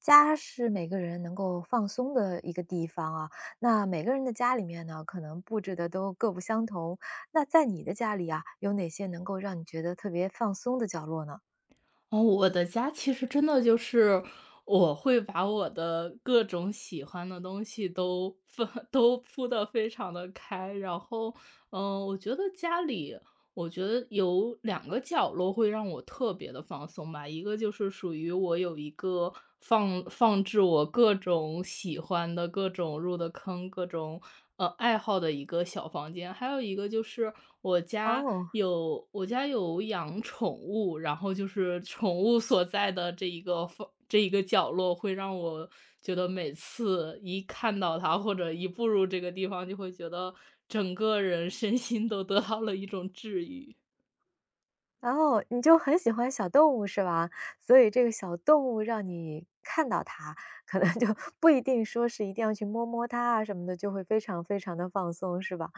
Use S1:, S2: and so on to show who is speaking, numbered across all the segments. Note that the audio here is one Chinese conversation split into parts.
S1: 家是每个人能够放松的一个地方啊，那每个人的家里面呢，可能布置的都各不相同。那在你的家里啊，有哪些能够让你觉得特别放松的角落呢？
S2: 哦，我的家其实真的就是，我会把我的各种喜欢的东西都铺得非常的开。然后，我觉得家里我觉得有两个角落会让我特别的放松吧。一个就是属于我有一个放置我各种喜欢的、各种入的坑、各种，爱好的一个小房间。还有一个就是我家
S1: 哦，
S2: 我家有养宠物，然后就是宠物所在的这一个角落，会让我觉得每次一看到它，或者一步入这个地方，就会觉得整个人身心都得到了一种治愈。
S1: 哦，你就很喜欢小动物是吧？所以这个小动物让你看到它，可能就 不一定说是一定要去摸摸它啊什么的，就会非常非常的放松是吧？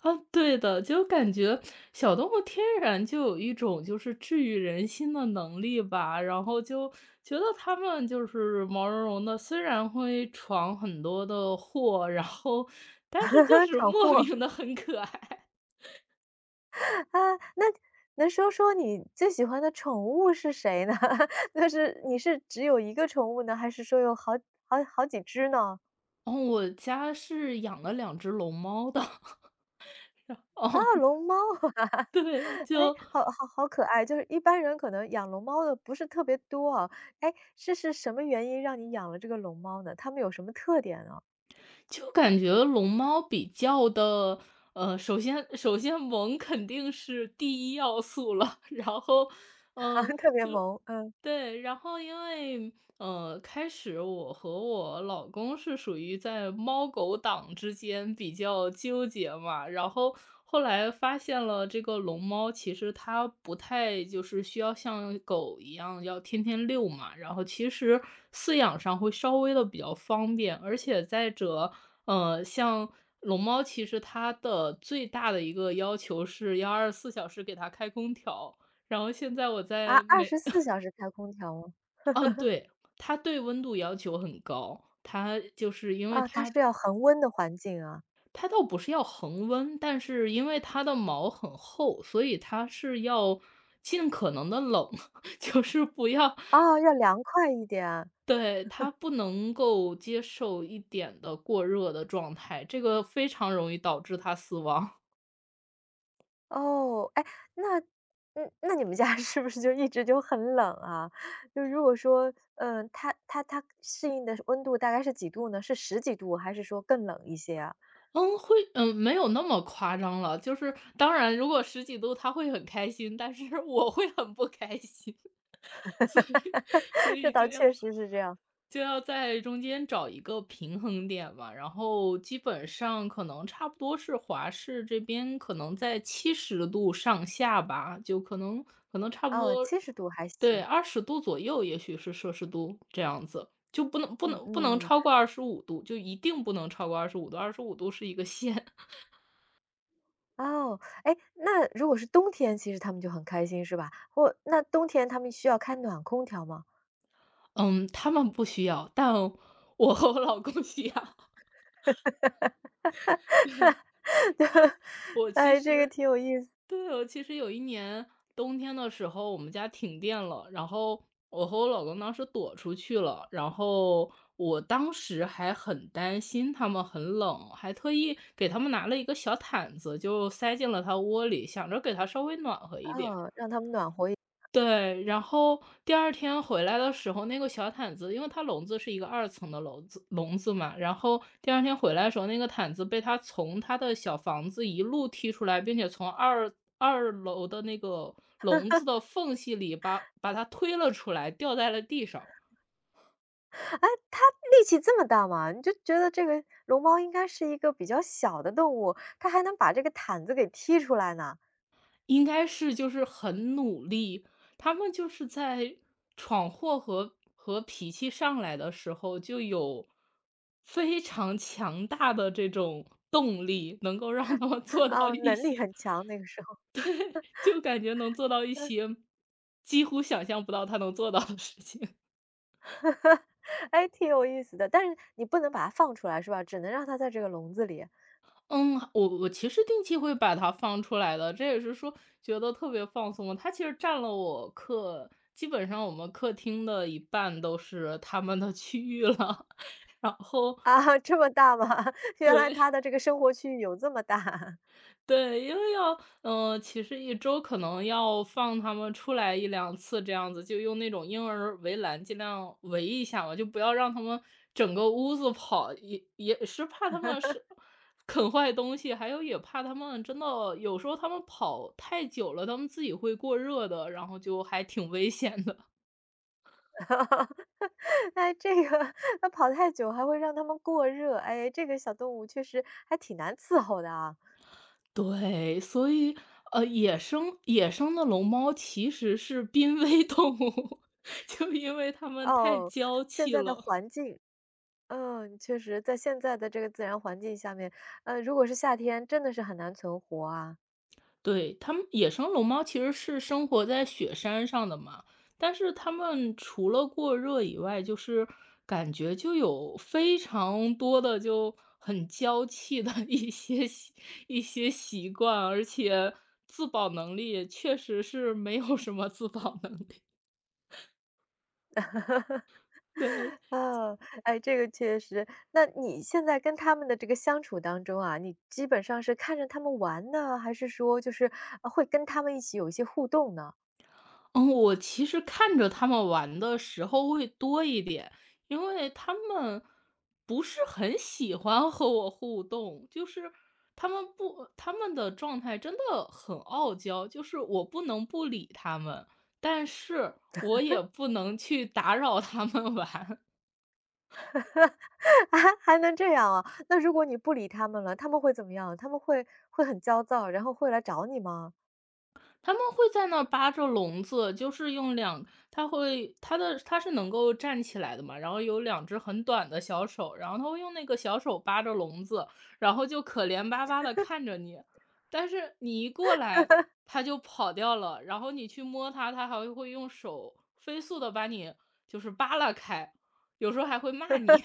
S2: 啊，对的，就感觉小动物天然就有一种就是治愈人心的能力吧。然后就觉得它们就是毛茸茸的，虽然会闯很多的祸，然后但是就 是
S1: 闯
S2: 莫
S1: 祸。
S2: 名的很可爱。
S1: 啊，那能说说你最喜欢的宠物是谁呢？那是你是只有一个宠物呢，还是说有好好好几只呢？
S2: 哦，我家是养了两只龙猫的。
S1: 啊，
S2: 哦，
S1: 龙猫，
S2: 对，
S1: 哎，
S2: 就
S1: 好好好可爱。就是一般人可能养龙猫的不是特别多啊，哎，是什么原因让你养了这个龙猫呢？它们有什么特点呢？
S2: 就感觉龙猫比较的，首先萌肯定是第一要素了。然后，
S1: 啊，
S2: 嗯。
S1: 特别萌，嗯，
S2: 对，然后因为，开始我和我老公是属于在猫狗党之间比较纠结嘛。然后后来发现了这个龙猫其实它不太就是需要像狗一样要天天遛嘛，然后其实饲养上会稍微的比较方便。而且再者，像龙猫其实它的最大的一个要求是要2四小时给它开空调，然后现在我
S1: 啊
S2: 在
S1: 二
S2: 美。
S1: 十四小时开空调吗？
S2: 嗯，对，它对温度要求很高。它就是因为
S1: 啊，它
S2: 它
S1: 是要恒温的环境啊，
S2: 它倒不是要恒温，但是因为它的毛很厚，所以它是要尽可能的冷。就是不要
S1: 啊，要凉快一点。
S2: 对，它不能够接受一点的过热的状态，这个非常容易导致它死亡。
S1: 哦，哎，那嗯，那你们家 是不是就一直就很冷啊？就如果说，嗯，它适应的温度大概是几度呢？是十几度还是说更冷一些啊？
S2: 嗯，会嗯，没有那么夸张了。就是当然如果十几度他会很开心，但是 我会很不开心。所以所
S1: 这
S2: 以
S1: 倒
S2: 就要
S1: 确实是这样。
S2: 就要在中间找一个平衡点嘛。然后基本上可能差不多是华氏这边可能在70度上下吧，就可能差不
S1: 哦
S2: 多
S1: 七十度还
S2: 对
S1: 行。
S2: 20度左右，也许是摄氏度这样子。就不能不
S1: 嗯
S2: 能不能
S1: 嗯，
S2: 超过二十五度，就一定不能超过二十五度。二十五度是一个线。
S1: 哦，哎，那如果是冬天，其实他们就很开心是吧？或那冬天他们需要开暖空调吗？
S2: 嗯，他们不需要，但我和我老公需要。因为 我其
S1: 哎，这个
S2: 实
S1: 挺有意思，
S2: 对，我其实有一年冬天的时候，我们家停电了，然后我和我老公当时躲出去了，然后我当时还很担心他们很冷，还特意给他们拿了一个小毯子，就塞进了他窝里，想着给他稍微暖和
S1: 啊，
S2: 一点。
S1: 让他们暖和一
S2: 对，然后第二天回来的时候，那个小毯子因为它笼子是一个2层的笼子嘛。然后第二天回来的时候，那个毯子被它从它的小房子一路踢出来，并且从二楼的那个笼子的缝隙里把它推了出来，掉在了地上。
S1: 哎，它力气这么大吗？你就觉得这个龙猫应该是一个比较小的动物，它还能把这个毯子给踢出来呢，
S2: 应该是就是很努力，他们就是在闯祸和脾气上来的时候，就有非常强大的这种动力，能够让他们 做到
S1: 啊，
S2: 一
S1: 能力
S2: 些
S1: 很强那个时候，
S2: 对，就感觉能做到一些几乎想象不到他能做到的事情。
S1: 哎，挺有意思的。但是你不能把它放出来是吧？只能让它在这个笼子里。
S2: 嗯，我其实定期会把它放出来的。这也是说觉得特别放松。它其实占了我客基本上我们客厅的一半都是他们的区域了。然后
S1: 啊，这么大吗？原来它
S2: 对。
S1: 的这个生活区域有这么大。
S2: 对，因为要嗯，其实一周可能要放它们出来一两次这样子，就用那种婴儿围栏尽量围一下嘛，就不要让它们整个屋子跑，也是怕它们是啃坏东西。还有也怕它们真的有时候它们跑太久了，它们自己会过热的，然后就还挺危险的。
S1: 哎，这个它跑太久还会让它们过热，哎，这个小动物确实还挺难伺候的啊。
S2: 对，所以，野生的龙猫其实是濒危动物。就因为它们太
S1: 哦，
S2: 娇
S1: 现
S2: 气
S1: 在的
S2: 了。
S1: 环境嗯，确实，在现在的这个自然环境下面，如果是夏天，真的是很难存活啊。
S2: 对，它们野生龙猫其实是生活在雪山上的嘛。但是它们除了过热以外，就是感觉就有非常多的就很娇气的 一些习惯。而且自保能力也确实是没有什么自保能力。对，
S1: 嗯，哎，这个确实。那你现在跟他们的这个相处当中啊，你基本上是看着他们玩呢，还是说就是会跟他们一起有一些互动呢？
S2: 嗯，我其实看着他们玩的时候会多一点。因为他们不是很喜欢和我互动，就是他们不他们的状态真的很傲娇。就是我不能不理他们，但是我也不能去打扰他们玩。
S1: 啊，还能这样啊？那如果你不理他们了，他们会怎么样？他们会很焦躁，然后会来找你吗？
S2: 他们会在那儿扒着笼子，就是用两，它会它的它是能够站起来的嘛，然后有两只很短的小手，然后它会用那个小手扒着笼子，然后就可怜巴巴的看着你。但是你一过来，它就跑掉了。然后你去摸它，它还会用手飞速的把你就是扒拉开。有时候还会骂你。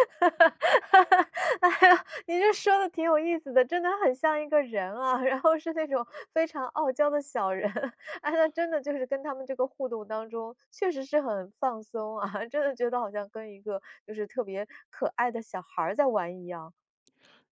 S1: 哈哈哈哎呀，你这说的挺有意思的，真的很像一个人啊，然后是那种非常傲娇的小人。哎，那真的就是跟他们这个互动当中，确实是很放松啊，真的觉得好像跟一个就是特别可爱的小孩儿在玩一样。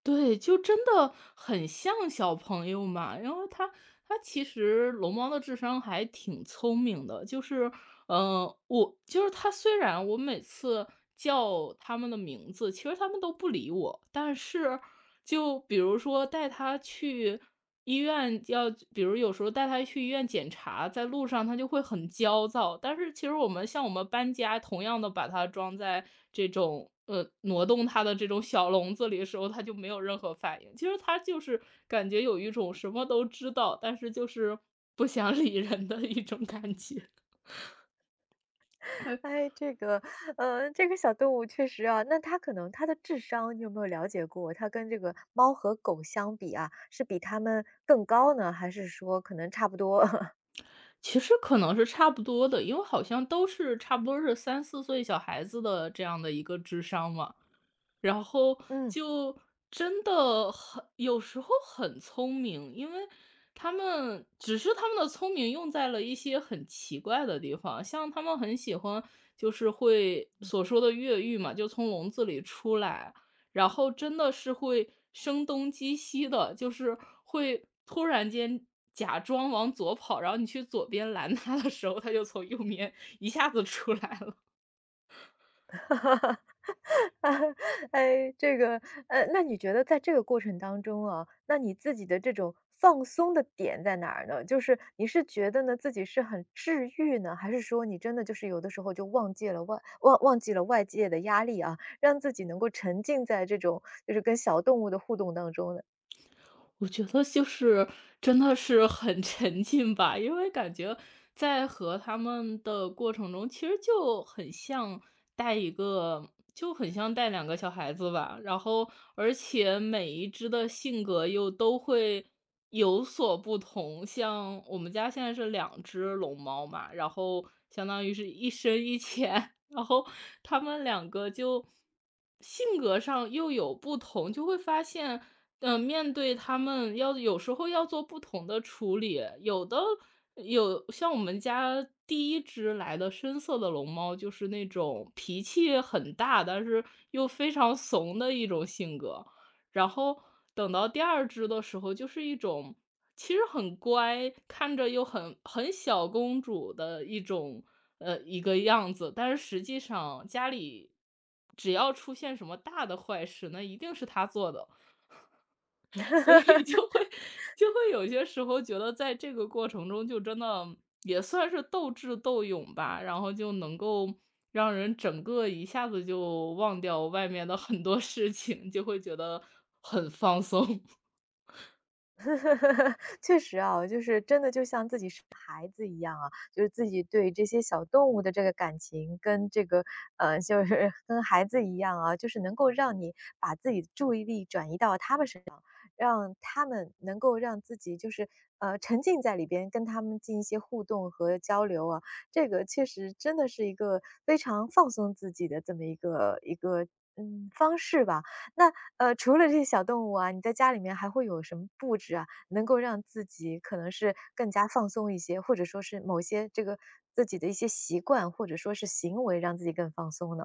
S2: 对，就真的很像小朋友嘛。然后他其实龙猫的智商还挺聪明的。就是，嗯，我就是他虽然我每次叫他们的名字，其实他们都不理我。但是就比如说带他去医院要比如有时候带他去医院检查，在路上他就会很焦躁。但是其实我们像我们搬家，同样的把它装在这种呃挪动它的这种小笼子里的时候，他就没有任何反应。其实他就是感觉有一种什么都知道，但是就是不想 理人的一种感觉。
S1: 哎，这个，这个小动物确实啊，那它可能它的智商，你有没有了解过？它跟这个猫和狗相比啊，是比它们更高呢，还是说可能差不多？
S2: 其实可能是差不多的，因为好像都是差不多是三四岁小孩子的这样的一个智商嘛。然后
S1: 嗯。
S2: 就真的很有时候很聪明。因为他们只是他们的聪明用在了一些很奇怪的地方。像他们很喜欢就是会所说的越狱嘛，就从笼子里出来，然后真的是会声东击西的，就是会突然间假装往左跑，然后你去左边拦他的时候，他就从右边一下子出来了。
S1: 哎，这个，那你觉得在这个过程当中啊，那你自己的这种放松的点在哪儿呢？就是你是觉得呢自己是很治愈呢，还是说你真的就是有的时候就忘记了外记了外界的压力啊，让自己能够沉浸在这种就是跟小动物的互动当中呢？
S2: 我觉得就是真的是很沉浸吧。因为感觉在和他们的过程中，其实就很像带一个就很像带两个小孩子吧。然后而且每一只的性格又都会有所不同。像我们家现在是两只龙猫嘛，然后相当于是一深一浅。然后它们两个就性格上又有不同。就会发现，面对他们要有时候要做不同的处理。有像我们家第一只来的深色的龙猫，就是那种脾气很大，但是又非常怂的一种性格。然后等到第二只的时候，就是一种其实很乖，看着又很很小公主的一种一个样子。但是实际上家里只要出现什么大的坏事，那一定是他做的。所以就会有些时候觉得在这个过程中，就真的也算是斗智斗勇吧。然后就能够让人整个一下子就忘掉外面的很多事情，就会觉得很放松。
S1: 确实啊，就是真的就像自己就是自己对这些小动物的这个感情，跟这个就是跟孩子一样啊，就是能够让你把自己的注意力转移到他们身上。让他们能够让自己就是，沉浸在里边，跟他们进行一些互动和交流啊。这个确实真的是一个非常放松自己的这么一个嗯，方式吧。那，除了这些小动物啊，你在家里面还会有什么布置啊，能够让自己可能是更加放松一些，或者说是某些这个自己的一些习惯，或者说是行为，让自己更放松呢？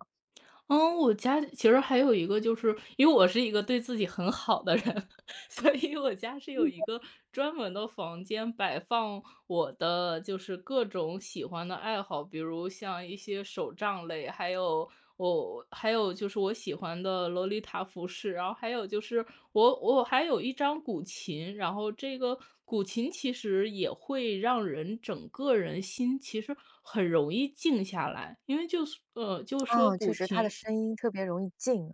S2: 嗯，我家其实还有一个就是因为我是一个对自己很好的人。所以我家是有一个专门的房间摆放我的就是各种喜欢的爱好。比如像一些手账类，还有我还有就是我喜欢的洛丽塔服饰，然后还有就是我还有一张古琴。然后这个古琴其实也会让人整个人心其实很容易静下来。因为就是就说
S1: 啊，确
S2: 古
S1: 实它的
S2: 琴
S1: 声音特别容易静，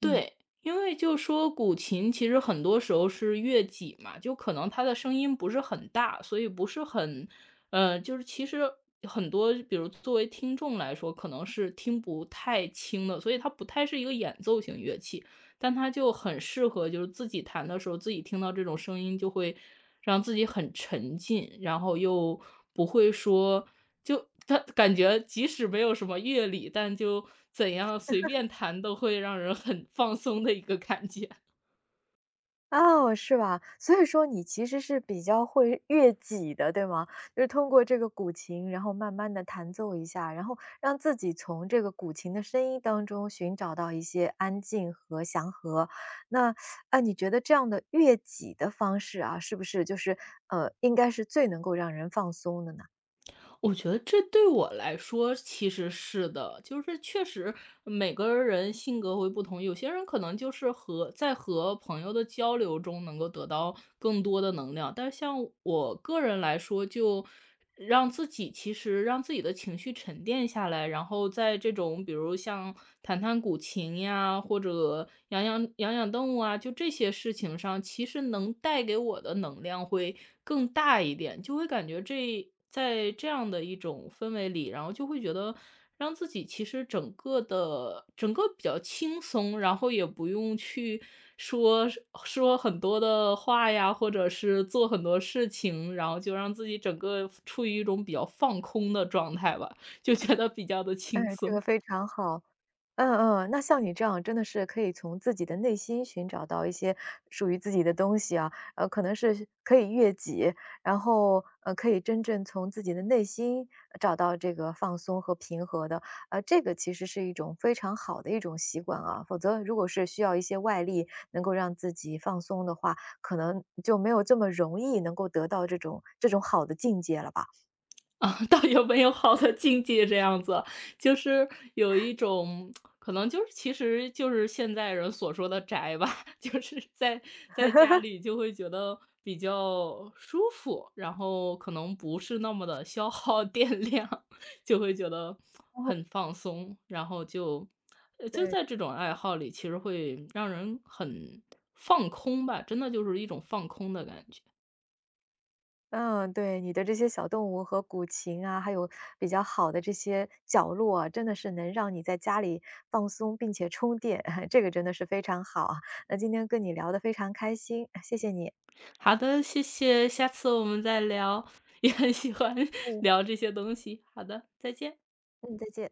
S1: 嗯。
S2: 对，因为就说古琴其实很多时候是乐己嘛，就可能它的声音不是很大，所以不是很就是其实很多比如作为听众来说，可能是听不太清的，所以它不太是一个演奏型乐器。但它就很适合就是自己弹的时候，自己听到这种声音就会让自己很沉浸。然后又不会说就他感觉即使没有什么乐理，但就怎样随便弹都会让人很放松的一个感觉。
S1: 哦，是吧？所以说你其实是比较会悦己的，对吗？就是通过这个古琴，然后慢慢地弹奏一下，然后让自己从这个古琴的声音当中寻找到一些安静和祥和。那，啊，你觉得这样的悦己的方式啊，是不是就是，应该是最能够让人放松的呢？
S2: 我觉得这对我来说其实是的。就是确实每个人性格会不同。有些人可能就是和在和朋友的交流中能够得到更多的能量，但是像我个人来说，就让自己其实让自己的情绪沉淀下来。然后在这种比如像弹弹古琴呀，或者养养动物啊，就这些事情上，其实能带给我的能量会更大一点。就会感觉这在这样的一种氛围里，然后就会觉得让自己其实整个比较轻松。然后也不用去说说很多的话呀，或者是做很多事情，然后就让自己整个处于一种比较放空的状态吧，就觉得比较的
S1: 哎，
S2: 轻
S1: 这个
S2: 松。
S1: 非常好。嗯嗯，那像你这样真的是可以从自己的内心寻找到一些属于自己的东西啊，可能是可以悦己，然后可以真正从自己的内心找到这个放松和平和的，这个其实是一种非常好的一种习惯啊。否则，如果是需要一些外力能够让自己放松的话，可能就没有这么容易能够得到这种好的境界了吧？
S2: 啊，倒有没有好的境界这样子。就是有一种可能就是其实就是现在人所说的宅吧。就是在家里就会觉得比较舒服。然后可能不是那么的消耗 电量。就会觉得很放松，然后就就
S1: 对，
S2: 在这种爱好里，其实会让人很放空吧。真的就是一种放空的感觉。
S1: 嗯，对，你的这些小动物和古琴啊，还有比较好的这些角落啊，真的是能让你在家里放松并且充电，这个真的是非常好啊。那今天跟你聊得非常开心，谢谢你。
S2: 好的，谢谢，下次我们再聊。也很喜欢
S1: 嗯
S2: 聊这些东西。好的，再见。
S1: 嗯，再见。